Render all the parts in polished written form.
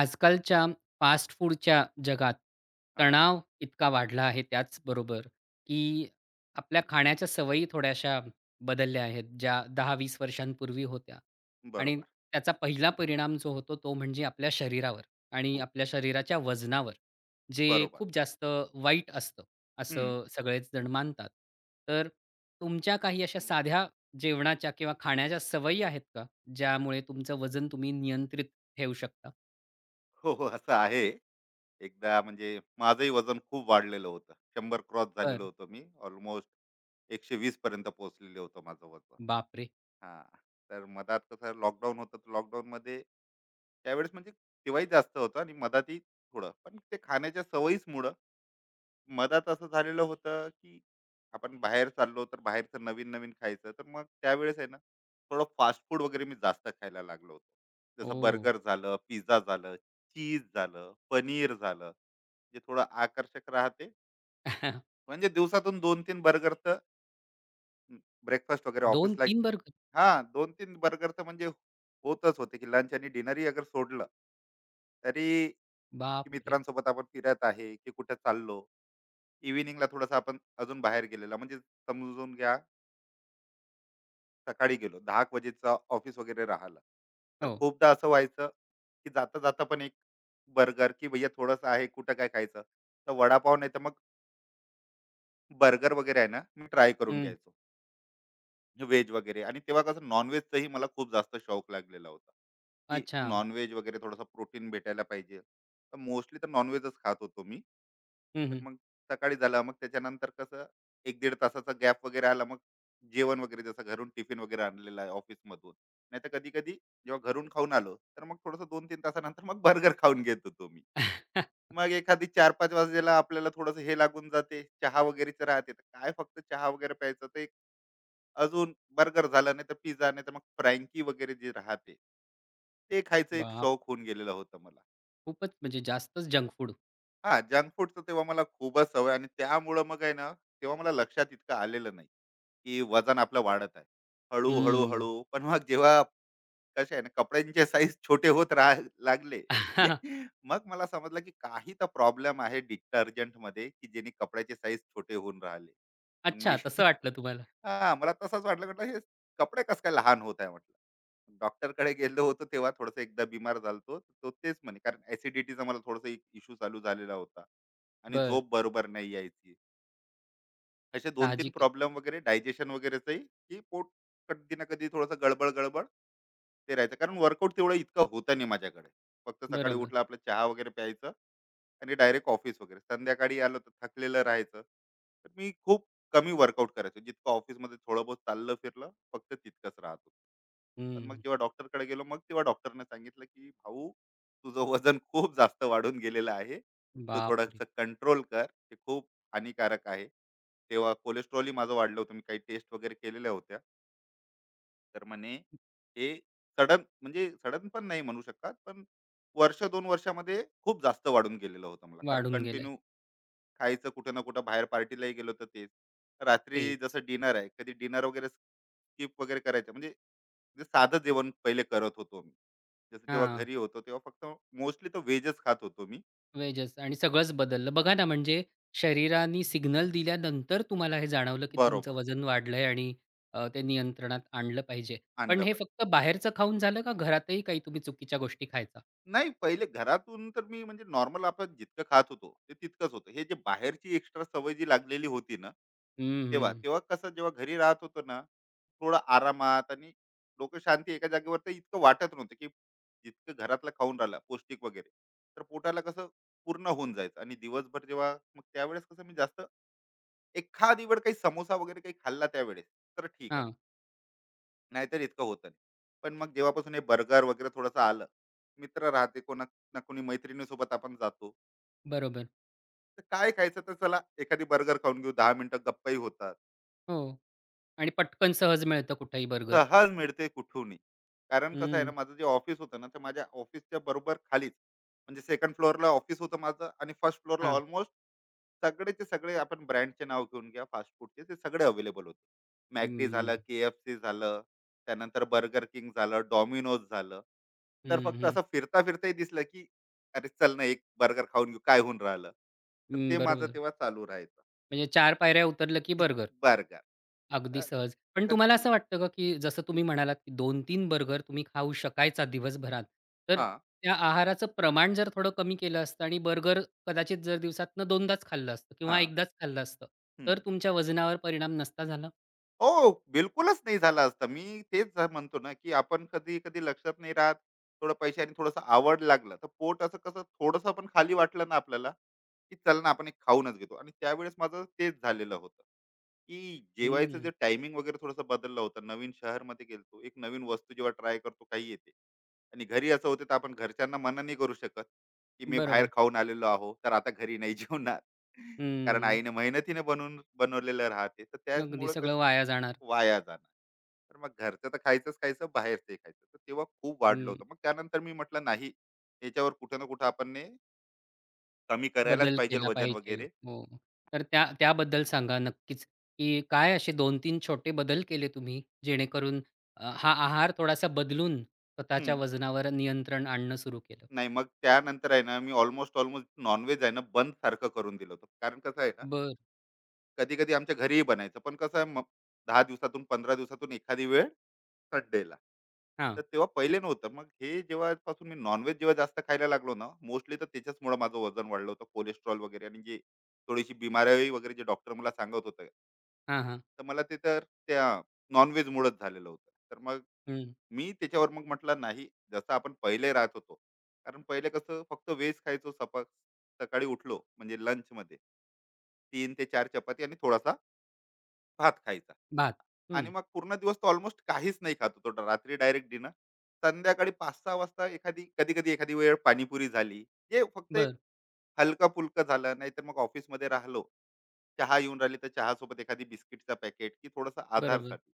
आजकालच्या फास्ट फूडच्या जगात हा. तणाव इतका वाढला आहे त्याचबरोबर, की आपल्या खाण्याच्या सवयी थोड्याशा बदलल्या आहेत, ज्या 10-20 वर्षांपूर्वी होत्या. आणि बरोबर. त्याचा पहिला परिणाम जो होतो तो म्हणजे आपल्या शरीरावर आणि खूप. आपल्या शरीराच्या वजनावर, जे बरोबर. खूप जास्त वाईट असतं, हम्म. असं सगळेच जण मानतात. तर तुमच्या काही अशा साध्या जेवणाच्या किंवा खाण्याच्या सवयी आहेत का, ज्यामुळे तुमचं वजन तुम्ही नियंत्रित ठेवू शकता? हो, हो. असं आहे. एकदा म्हणजे माझंही वजन खूप वाढलेलं होतं. 100 क्रॉस झालेलो होतो मी. ऑलमोस्ट 120 पर्यंत पोहोचलेलं होतं माझं वजन. बापरे! हां. तर मधात कसं लॉकडाऊन होतं, तर लॉकडाऊनमध्ये त्यावेळेस म्हणजे तेव्हाही जास्त होतं आणि मधातही थोडं. पण ते खाण्याच्या सवयीचमुळं मधात असं झालेलं होतं, की आपण बाहेर चाललो, तर बाहेरचं नवीन-नवीन खायचं. तर मग त्यावेळेस आहे ना, थोडं फास्ट फूड वगैरे मी जास्त खायला लागलो होतो. ओ. जसं बर्गर झालं, पिझ्झा झालं, चीज झालं, पनीर झालं, जे थोडं आकर्षक राहते. म्हणजे दिवसातून 2-3 बर्गर तर ब्रेकफास्ट वगैरे दोन ऑफिसला. तीन बर्गर? हां, 2-3 बर्गर तर म्हणजे होतच होते, की लंच आणि डिनरही अगर सोडलं, तरी की बापरे! मित्रांसोबत आपण फिरत आहे, की कुठे चाललो. इव्हनिंगला थोडंसं आपण अजून बाहेर गेलेला म्हणजे समजून घ्या सकाळी गेलो 10 एक वाजेचा ऑफिस वगैरे राहिला. तर हो. खूपदा असं व्हायचं, की जाता-जाता पण एक बर्गर की भैया थोडंसं आहे, कुठं काय खायचं? तर वडापाव नाही तर मग बर्गर वगैरे आहे ना, मी ट्राय करून हं. घ्यायचो. व्हेज वगैरे आणि तेव्हा कसं नॉन-व्हेजचाही मला खूप जास्त शौक लागलेला होता, की अच्छा. नॉन-व्हेज वगैरे थोडासा प्रोटीन भेटायला पाहिजे. तर मोस्टली तर नॉन-व्हेजच खात होतो मी. हं, तर हं. मग सकाळी झालं, मग त्याच्यानंतर कसं 1-1.5 तासाचा गॅप वगैरे आला, मग जेवण वगैरे जसं घरून टिफिन वगैरे आणलेला आहे ऑफिसमधून. नाहीतर कधी-कधी जेव्हा घरून खाऊन आलो, तर मग थोडंसं 2-3 तासानंतर मग बर्गर खाऊन घेत होतो मी. मग एखादी 4-5 वाजेला आपल्याला थोडंसं हे लागून जाते, चहा वगैरेचं राहते. तर काय फक्त चहा वगैरे प्यायचं, ते अजून बर्गर झाला, नाहीतर पिझ्झा, नाहीतर मग फ्रँकी वगैरे जे राहते, ते खायचं एक बाप! शौक होऊन गेलेला होता मला. खूपच म्हणजे जास्तच जंक फूड. हां, जंक फूडचं तेव्हा मला खूपच सवय आणि त्यामुळं मग आहे ना, तेव्हा मला लक्षात इतकं आलेलं नाही, की वजन आपलं वाढत आहे. हळू, हळू, हं. हळू पण मग जेव्हा कसे आहे ना, कपड्यांचे साईज छोटे होत राहा लागले, मग मला समजलं, की काही तर प्रॉब्लेम आहे डिटर्जंटमध्ये, की जेणे कपड्याचे साईज छोटे होऊन राहिले. मग मी अच्छा, तसं वाटलं तुम्हाला. हां, मला तसंच वाटलं. म्हटलं हे कपडे कसं काय लहान होत आहे म्हटलं. डॉक्टरकडे गेलो होतो तेव्हा थोडंसं एकदा बिमार झालतो. तो तेच म्हणे कारण ॲसिडिटीचा मला थोडासा इश्यू चालू झालेला होता आणि बर. झोप बरोबर नाही यायची. असे 2-3 साहजिक आहे. प्रॉब्लेम वगैरे डायजेशन वगैरेचंही, की पोट कधी ना कधी थोडंसं गडबड-गडबड ते राहायचं. कारण वर्कआउट तेवढं इतकं होतं नाही माझ्याकडे. फक्त सकाळी बरोबर. उठला आपला चहा वगैरे प्यायचं आणि डायरेक्ट ऑफिस वगैरे. संध्याकाळी आलो तर थकलेलं राहायचं. तर मी खूप कमी वर्कआउट करायचो. जितकं ऑफिसमध्ये थोडं बहुत चाललं फिरलं फक्त तितकंच राहत होतं. पण मग हं. जेव्हा डॉक्टरकडे गेलो, मग तेव्हा डॉक्टरने सांगितलं, की "भाऊ, तुझं वजन खूप जास्त वाढून गेलेलं आहे. तू बापरे! थोडंसं कंट्रोल कर. ते खूप हानिकारक आहे." तेव्हा कोलेस्ट्रॉलही माझं वाढलं होतं. मी काही टेस्ट वगैरे केलेल्या होत्या, तर म्हणे हे सडन म्हणजे सडन पण नाही म्हणू शकत, पण वर्ष दोन वर्षामध्ये खूप जास्त वाढून गेलेलं होतं मला, कारण वाढून गेलंय. कंटिन्यू खायचं. कुठं ना कुठं बाहेर पार्टीलाही गेलो तर तेच. रात्री तेच. जसं डिनर आहे, कधी डिनर वगैरे स्किप वगैरे करायचं, म्हणजे जे साधं जेवण पहिले करत होतो मी, जसं जेव्हा हां. घरी होतो तेव्हा फक्त मोस्टली तर व्हेजच खात होतो मी. वेजच आणि सगळंच बदललं. बघा ना, म्हणजे शरीराने सिग्नल दिल्यानंतर तुम्हाला हे जाणवलं, की तुमचं बरोबर. वजन वाढलंय आणि ते नियंत्रणात आणलं पाहिजे. पण आणलं. हे फक्त बाहेरचं खाऊन झालं का घरातही काही तुम्ही चुकीच्या गोष्टी खायचा? नाही, पहिले घरातून तर मी म्हणजे नॉर्मल आपण जितकं खात होतो ते तितकंच होतं. हे जे बाहेरची एक्स्ट्रा सवय जी लागलेली होती ना, हं, तेव्हा. हं. तेव्हा कसं जेव्हा घरी राहत होतो ना, थोडं आरामात आणि डोकं शांती एका जागेवर, तर इतकं वाटत नव्हतं, की जितकं घरातलं खाऊन राहिला पौष्टिक वगैरे, तर पोटाला कसं पूर्ण होऊन जायचं आणि दिवसभर जेव्हा मग त्यावेळेस कसं मी जास्त एखादी वेळ काही समोसा वगैरे काही खाल्ला त्यावेळेस, तर ठीक आहे. हां, नाहीतर इतकं होतं नाही. पण मग जेव्हापासून हे बर्गर वगैरे थोडंसं आलं, मित्र राहते कोणा ना कोणी मैत्रिणीसोबत आपण जातो. बरोबर. तर काय खायचं, तर चला एखादी बर्गर खाऊन घेऊ, 10 मिनिटं गप्पाही होतात. हो. आणि पटकन सहज मिळतं कुठेही बर्गर. सहज मिळते कुठूनही. कारण कसं आहे ना, हं, माझं जे ऑफिस होतं ना, तर माझ्या ऑफिसच्या बरोबर खालीच म्हणजे सेकंड फ्लोअरला ऑफिस होतं माझं आणि फर्स्ट फ्लोअरला हां. ऑलमोस्ट सगळेचे सगळे आपण ब्रँडचे नाव घेऊन घ्या फास्ट फूडचे, ते सगळे अवेलेबल होते. McD हं, झालं, KFC झालं, त्यानंतर Burger King झालं, Domino's झालं. तर हं, फक्त हं. असं फिरता-फिरताही दिसलं, की "अरे चल ना, एक बर्गर खाऊन घेऊ, काय होऊन राहिलं." तर हं, ते माझं बरोबर. तेव्हा चालू राहायचं, म्हणजे 4 पायऱ्या उतरलं की बर्गर. बर्गर. अगदी तर सहज. पण तुम्हाला तर असं वाटतं का, की जसं तुम्ही म्हणालात, की 2-3 बर्गर तुम्ही खाऊ शकायचा दिवसभरात. तर त्या आहाराचं प्रमाण जर थोडं कमी केलं असतं आणि बर्गर कदाचित जर दिवसातनं 2दाच खाल्लं असतं किंवा 1दाच खाल्लं असतं, तर तुमच्या वजनावर परिणाम नसता झाला? हो, बिलकुलच नाही झाला असता. मी तेच म्हणतो ना, की आपण कधी-कधी लक्षात नाही राहत. थोडं पैशाने थोडंसं आवड लागलं, तर पोट असं कसं थोडंसं पण खाली वाटलं ना आपल्याला, की चल ना आपण एक खाऊनच घेतो. आणि त्यावेळेस माझं तेच झालेलं होतं, की जेवायचं जे हं. टायमिंग वगैरे थोडंसं बदललं होतं. नवीन शहरमध्ये गेलतो, एक नवीन वस्तू जेव्हा ट्राय करतो काही येते. आणि घरी असं होतं, तर आपण घरच्यांना मना नाही करू शकत, की मी बाहेर बरोबर. खाऊन आलेलो आहो, तर आता घरी नाही जेवणार. कारण हं. आईने मेहनतीने बनवून बनवलेलं राहते. तर अगदी त्याचमुळं सगळं कसं वाया जाणार. वाया जाणार, तर मग घरचं तर खायचंच खायचं, बाहेरचंही खायचं, तर तेव्हा खूप वाढलं होतं. मग त्यानंतर मी म्हटलं नाही, याच्यावर कुठं ना कुठं आपण ने कमी करायलाच बदल पाहिजे केला वजन पाहिजे. वगैरे. हो. तर त्या त्याबद्दल सांगा नक्कीच, की काय असे 2-3 छोटे बदल केले तुम्ही जेणेकरून हा आहार थोडासा बदलून स्वतःच्या हम्म. वजनावर नियंत्रण आणणं सुरू केलं? नाही, मग त्यानंतर आहे ना मी ऑलमोस्ट ऑलमोस्ट नॉनव्हेज आहे ना बंद सारखं करून दिलं होतं. कारण कसं आहे ना, बर. कधी कधी आमच्या घरीही बनायचं, पण कसं आहे मग दहा दिवसातून पंधरा दिवसातून एखादी वेळ संडेला. तर हां. तेव्हा पहिले नव्हतं. मग हे जेव्हापासून मी नॉन-व्हेज जेव्हा जास्त खायला लागलो ना, मोस्टली तर त्याच्याचमुळं माझं वजन वाढलं होतं. कोलेस्ट्रॉल वगैरे आणि जे थोडीशी बिमारी वगैरे जे डॉक्टर मला सांगत होते. हां, हां. तर मला ते तर त्या नॉन-व्हेजमुळंच झालेलं होतं. तर मग हं. मी त्याच्यावर मग म्हटलं नाही, जसं आपण पहिले राहत होतो. कारण पहिले कसं फक्त व्हेज खायचो सपक. सकाळी उठलो म्हणजे लंचमध्ये 3 ते 4 चपाती आणि थोडासा भात खायचा. भात. आणि हं. मग पूर्ण दिवस तो ऑलमोस्ट काहीच नाही खात होतो. तो रात्री डायरेक्ट डिनर. संध्याकाळी 5-6 वाजता एखादी कधी-कधी एखादी वेळ पाणीपुरी झाली. हे फक्त एक बरं. हलका-फुलकं झालं. नाहीतर मग ऑफिसमध्ये राहिलो. चहा येऊन राहिली तर चहासोबत एखादी बिस्किटचा पॅकेट की थोडासा बरोबर. आधारसाठी.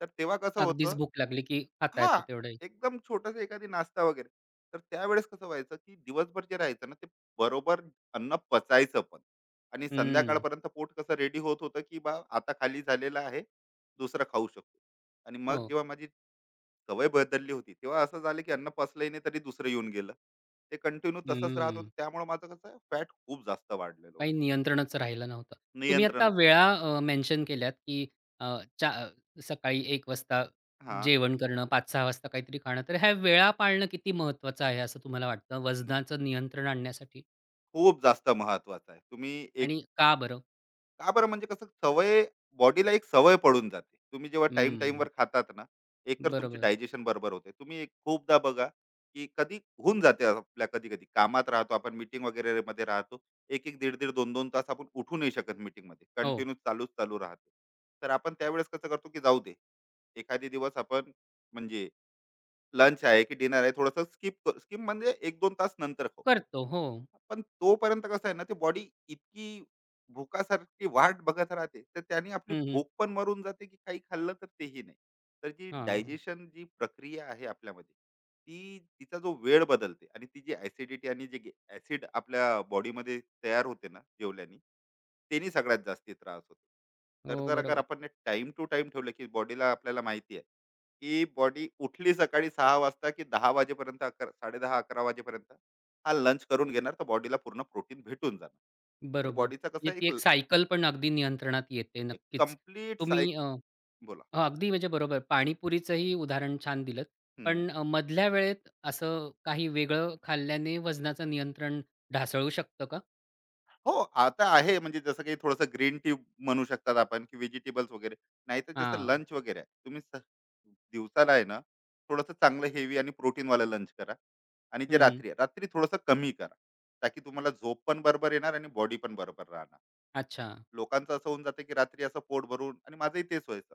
तर तेव्हा कसं अगदीच होतं, भूक लागली की खाता हां, येतं तेवढंही. एकदम छोटासा एखादी नाश्ता वगैरे. तर त्यावेळेस कसं व्हायचं, की दिवसभर जे राहायचं ना, ते, बरोबर, अन्न पचायचं पण. आणि हं. संध्याकाळपर्यंत पोट कसं रेडी होत होतं, की बा आता खाली झालेलं आहे, दुसरं खाऊ शकतो. आणि मग हो. जेव्हा माझी सवय बदलली होती, तेव्हा असं झालं, की अन्न पचलंही नाही तरी दुसरं येऊन गेलं. ते कंटिन्यू तसंच राहत होतं. हं. त्यामुळे माझं कसं फॅट खूप जास्त वाढलेलं होतं. काही नियंत्रणच राहिलं नव्हतं. तुम्ही आत्ता नियंत्रण. वेळा मेन्शन केल्यात, की अ, चा अ, सकाळी 1 वाजता हां, जेवण करणं, 5-6 वाजता काहीतरी खाणं. तर ह्या वेळा पाळणं किती महत्त्वाचं आहे असं तुम्हाला वाटतं वजनाचं नियंत्रण आणण्यासाठी? खूप जास्त महत्वाचं आहे. तुम्ही. आणि का बरं? का बरं म्हणजे कसं सवय बॉडीला एक सवय पडून जाते. तुम्ही जेव्हा टाईम हं, टाईमवर खातात ना, एकतर तुमची बरोबर. डायजेशन बरोबर होते. तुम्ही एक खूपदा बघा, की कधी होऊन जाते आपल्या कधी-कधी कामात राहतो, आपण मीटिंग वगैरेमध्ये राहतो. 1 एक दीड-दीड, दोन दोन तास आपण उठू नाही शकत मीटिंगमध्ये. हो, कंटिन्यू चालूच चालू राहते. तर आपण त्यावेळेस कसं करतो, की जाऊ दे. एखादे दिवस आपण म्हणजे लंच आहे की डिनर आहे थोडंसं स्किप स्किप म्हणजे 1-2 तास नंतर खाऊ. करतो. हो. पण तोपर्यंत कसं आहे ना ते बॉडी इतकी भुकासारखी वाट बघत राहते, तर त्याने आपली हं, हं. भूक पण मरून जाते, की काही खाल्लं तर तेही नाही. तर जी हां. डायजेशन, जी प्रक्रिया आहे आपल्यामध्ये, ती तिचा जो वेळ बदलते, आणि ती जी ऍसिडिटी आणि जे ऍसिड आपल्या बॉडीमध्ये तयार होते ना जेवल्याने, त्यांनी सगळ्यात जास्ती त्रास होतो. तर हो, जर अगर बरोबर. आपण टाइम टू टाइम ठेवलं, की बॉडीला आपल्याला माहिती आहे, की बॉडी उठली सकाळी सहा वाजता, की दहा वाजेपर्यंत, अकरा, साडेदहा अकरा वाजेपर्यंत हा लंच करून घेणार, तर बॉडीला पूर्ण प्रोटीन भेटून जाणार. तर बरोबर. बॉडीचा कसं म्हणजे ती एक एक सायकल पण अगदी नियंत्रणात येते एक नक्कीच. कम्प्लीट तुम्ही बोला. अगदी म्हणजे बरोबर. पाणीपुरीचंही उदाहरण छान दिलंत. हम्म. पण मधल्या वेळेत असं काही वेगळं खाल्ल्याने वजनाचं नियंत्रण ढासळू शकतं का? हो, आता आहे म्हणजे जसं काही थोडंसं ग्रीन टी म्हणू शकतात आपण, की व्हेजिटेबल्स वगैरे, नाहीतर जसं हां. लंच वगैरे आहे तुम्ही दिवसाला आहे ना थोडंसं चांगलं हेवी आणि प्रोटीनवालं लंच करा, आणि जे हं. रात्री आहे रात्री थोडंसं कमी करा, ताकी तुम्हाला झोप पण बरोबर येणार आणि बॉडी पण बरोबर राहणार. अच्छा. लोकांचं असं होऊन जातं, की रात्री असं पोट भरून, आणि माझंही तेच व्हायचं,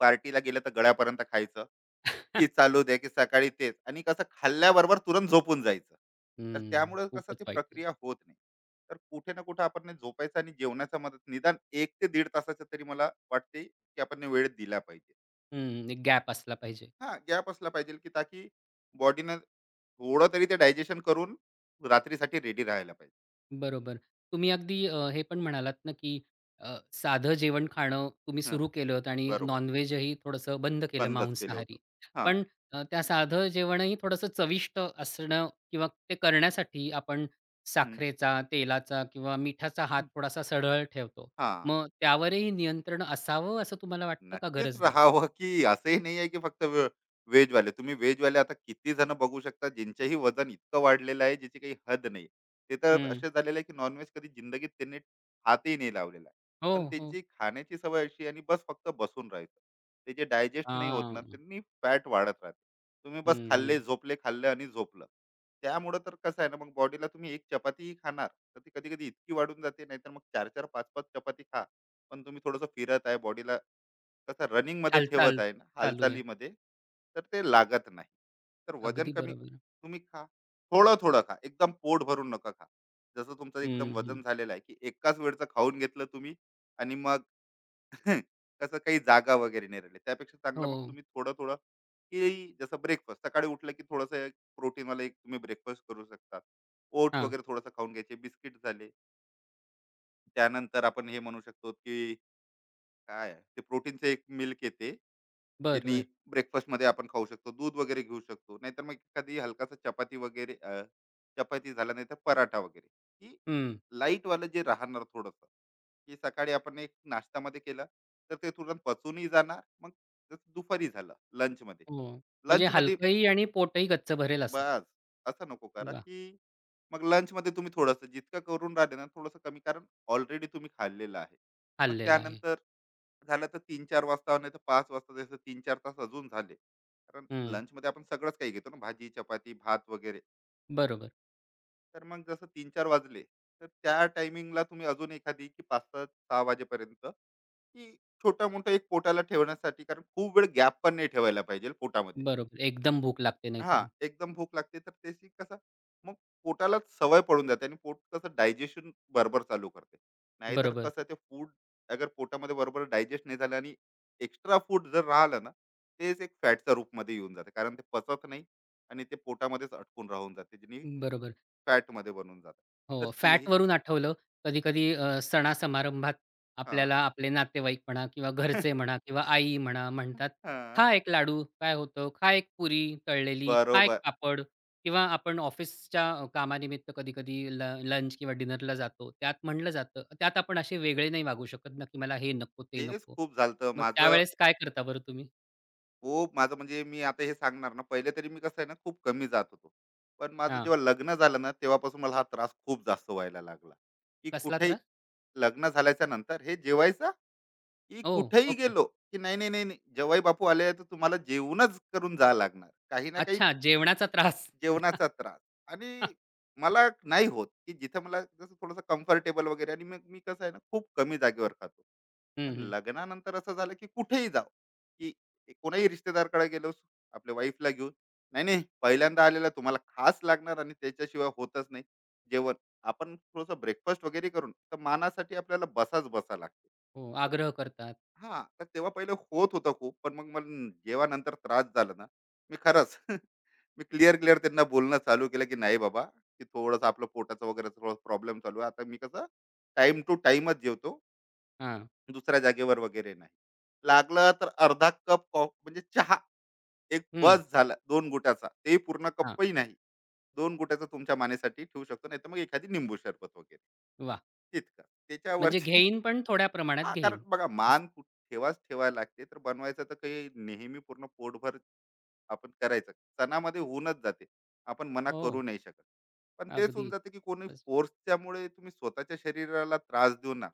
पार्टीला गेलं तर गळ्यापर्यंत खायचं, की चालू द्या की सकाळी तेच, आणि कसं खाल्ल्याबरोबर तुरंत झोपून जायचं. तर हं. त्यामुळे कसं खूपच ती वाईट. प्रक्रिया होत नाही. तर कुठे ना कुठे आपण हे झोपायचं आणि जेवणाचा मदत निदान एक ते दीड तासाचा तरी, मला वाटते की, आपण हे वेळ दिला पाहिजे. हं. एक गॅप असला पाहिजे. हा गॅप असला पाहिजे की ताकी बॉडीनं थोडं तरी ते डायजेशन करून रात्रीसाठी रेडी राहायला पाहिजे. बरोबर. तुम्ही अगदी हे पण म्हणालात ना, की साधं जेवण खाणं तुम्ही हा. सुरू केलत आणि बरोबर. नॉन-व्हेजही थोडंसं बंद केलं बंदच केलं होतं. मांसाहारी. हा. पण त्या साधं जेवणही थोडंसं चविष्ट असणं किंवा ते करण्यासाठी आपण हम्म. साखरेचा, तेलाचा किंवा मिठाचा हात थोडासा सरळ ठेवतो. हा, मग त्यावरही नियंत्रण असावं असं तुम्हाला वाटतं का नक्कीच गरज नाही? राहावं. की असंही नाही आहे की फक्त वाले, तुम्ही veg वाले आता किती जण बघू शकता ज्यांचंही वजन इतकं वाढलेलं आहे ज्याची काही हद नाही. ते तर हं. असे झालेले आहे की नॉनव्हेज कधी जिंदगीत त्यांनी हातही नाही लावलेला आहे. हो, पण हो. त्यांची खाण्याची सवय अशी आणि बस फक्त बसून राहायचं. ते जे डायजेस्ट नाही होत ना, हां. त्यांनी फॅट वाढत राहते. तुम्ही बस हं, खाल्ले हं. झोपले, खाल्ले आणि झोपलं. त्यामुळे तर कसं आहे ना, मग बॉडीला तुम्ही एक चपातीही खाणार तर ती कधी कधी इतकी वाढून जाते, नाहीतर मग चार चार पाच पाच चपाती खा. पण तुम्ही थोडंसं फिरत आहे बॉडीला, कसं रनिंग मध्ये हालचाल ठेवत आहे ना, चालू आहे. हालचालीमध्ये. तर ते लागत नाही. तर वजन अगदी कमी बरोबर. तुम्ही खा. थोडं थोडं खा, एकदम पोट भरून नका खा. जसं तुमचं एकदम हं, हं. वजन झालेलं आहे की एकाच वेळचं खाऊन घेतलं तुम्ही आणि मग कसं काही जागा वगैरे नाही राहिली. त्यापेक्षा चांगलं हो. मग तुम्ही थोडं थोडं. की जसं ब्रेकफास्ट सकाळी उठलं की थोडंसं एक प्रोटीनवाला एक तुम्ही ब्रेकफास्ट करू शकता. ओट्स हां. वगैरे थोडंसं खाऊन घ्यायचे, बिस्किट झाले. त्यानंतर आपण हे म्हणू शकतो की काय आहे? ते प्रोटीनचं एक मिल्क येते, बरं, ज्यांनी बरं. ब्रेकफास्ट मध्ये आपण खाऊ शकतो, दूध वगैरे घेऊ शकतो. नाहीतर मग एखादी हलकासा चपाती वगैरे, चपाती झाला नाही तर पराठा वगैरे. की हं. लाईट वालं जे राहणार थोडंसं, की सकाळी आपण एक नाश्तामध्ये केलं तर ते तुरंत पचूनही जाणार. मग जसं दुपारी झालं, लंचमध्ये. हो. म्हणजे लंचमध्ये हलकंही आणि पोटही गच्च भरेल असं. बस असं नको करा वाह! की. मग लंच मध्ये तुम्ही थोडंसं जितकं करून राहिले ना, थोडंसं कमी, कारण ऑलरेडी तुम्ही खाल्लेलं आहे. मग खाल्लेलं आहे. त्यानंतर झालं तर तीन चार वाजता नाही तर पाच वाजता, जसं तीन चार तास अजून झाले, कारण हं. lunch मध्ये आपण सगळंच काही घेतो ना, भाजी चपाती भात वगैरे. बरोबर, तर मग जसं तीन चार वाजले तर त्या टायमिंगला तुम्ही अजून एखादी, की पाच सात सहा वाजेपर्यंत की छोटा मोठा एक पोटाला ठेवण्यासाठी, कारण खूप वेळ गॅप पण नाही ठेवायला पाहिजे पोटामध्ये. बरोबर. एकदम भूक लागते नाहीतर हां, मग. एकदम भूक लागते, तर त्याची कसं, मग पोटालाच सवय पडून जाते आणि पोट कसं डायजेशन बरोबर चालू करते. नाहीतर बरोबर, कसं ते फूड अगर पोटामध्ये बरोबर डायजेस्ट नाही झालं आणि एक्स्ट्रा फूड जर राहिलं ना, तेच एक फॅटच्या रूपमध्ये येऊन जाते. कारण ते पचत नाही आणि ते पोटामध्येच अटकून राहून जाते, ज्याने बरोबर. फॅटमध्ये बनून जातं. तर हो, तेही फॅटवरून आठवलं. कधी-कधी सणा-समारंभात हां, आपल्याला आपले नातेवाईक म्हणा किंवा घरचे म्हणा किंवा आई म्हणा म्हणतात, हां, "खा एक लाडू, काय होतं? खा एक पुरी तळलेली, खा एक बरोबर. पापड." किंवा आपण ऑफिसच्या कामानिमित्त कधी-कधी लंच किंवा डिनरला जातो. त्यात म्हणलं जातं त्यात आपण असे वेगळे नाही वागू शकत ना, की मला हे नको, ते तेच नको. खूप झालं. मग माझं त्यावेळेस काय करता बरं तुम्ही? खूप, माझं म्हणजे मी आता हे सांगणार ना, पहिले तरी मी कसं आहे ना खूप कमी जात होतो. पण माझं हां. जेव्हा लग्न झालं ना, तेव्हापासून मला हा त्रास खूप जास्त व्हायला लागला. की कसला कुठेही त्रास? लग्न झाल्याच्या नंतर हे जेवायचं, की ओह! कुठेही ओके. गेलो की नाही नाही नाही नाही, जेव्हाही बापू आले तर तुम्हाला जेवणच करून जा लागणार काही ना काही. अच्छा, जेवणाचा त्रास. जेवणाचा त्रास. आणि मला नाही होत की जिथं मला जसं थोडंसं कम्फर्टेबल वगैरे, आणि मग मी कसं आहे ना खूप कमी जागेवर खातो. हं, पण हं. लग्नानंतर असं झालं की कुठेही जाव, की कोणाही रिश्तेदारकडे गेलो आपल्या वाईफला घेऊन, नाही नाही, पहिल्यांदा आलेला तुम्हाला खास लागणार आणि त्याच्याशिवाय होतच नाही जेवण. आपण थोडंसं ब्रेकफास्ट वगैरे करून तर मानासाठी आपल्याला बसाच बसा लागते. हो, तर, आग्रह करतात. हा, तर तेव्हा पहिले होत होतं खूप, पण मग मला जेव्हा नंतर त्रास झाला ना, मी खरंच मी क्लिअर क्लिअर त्यांना बोलणं चालू केलं की नाही बाबा, की थोडंसं आपलं पोटाचं वगैरे थोडं प्रॉब्लेम चालू आहे, आता मी कसं टाइम टू टाइमच जेवतो, हां. दुसऱ्या जागेवर वगैरे नाही. लागलं तर अर्धा कप कॉफ म्हणजे चहा, एक बस झाला, दोन गुटाचा. तेही पूर्ण हां, कपही नाही. 2 गुटाचा तुमच्या मानेसाठी ठेवू शकतो. नाहीतर मग एखादी निंबू सरबत वगैरे. वाह! इतकं. म्हणजे त्याच्यावरती घेईन पण थोड्या प्रमाणात हां, कारण घेईन. बघा असं. मान ठेवाच ठेवायला लागते. तर बनवायचं तर काही नेहमी पूर्ण पोटभर आपण करायचं. सणामध्ये होऊनच जाते, आपण मना हो, करू नाही शकत. पण तेच अगदी. होऊन जाते की कोणी बस. फोर्सच्यामुळे तुम्ही स्वतःच्या शरीराला त्रास देऊ ना,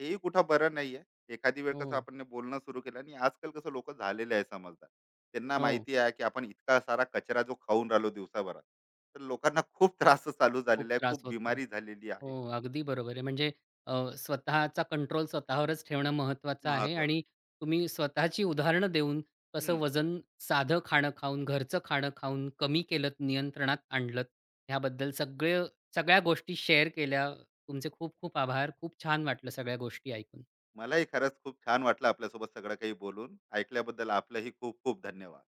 हेही कुठं बरं नाही. एखादी वेळ कसं हो, आपण बोलणं सुरू केलं आणि आजकाल कसं लोक झालेले आहे समजदार, त्यांना हो. माहिती आहे की आपण इतका सारा कचरा जो खाऊन राहिलो दिवसाभरात. तर लोकांना खूप त्रास चालू खूप झालेला आहे, त्रास खूप होतो. बिमारी झालेली हो, आहे. अगदी बरोबर आहे. म्हणजे स्वतःचा कंट्रोल स्वतःवरच ठेवणं महत्त्वाचं आहे महत्वाचं. आणि तुम्ही स्वतःची उदाहरणं देऊन कसं हम्म. वजन साधं खाणं खाऊन, घरचं खाणं खाऊन कमी केलत, नियंत्रणात आणलत ह्याबद्दल सगळ्या गोष्टी शेअर केल्या. तुमचे खूप खूप आभार. खूप छान वाटलं सगळ्या गोष्टी ऐकून. मलाही खरंच खूप छान वाटलं आपल्यासोबत सगळं काही बोलून ऐकल्याबद्दल. आपलंही खूप खूप धन्यवाद.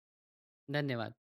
धन्यवाद.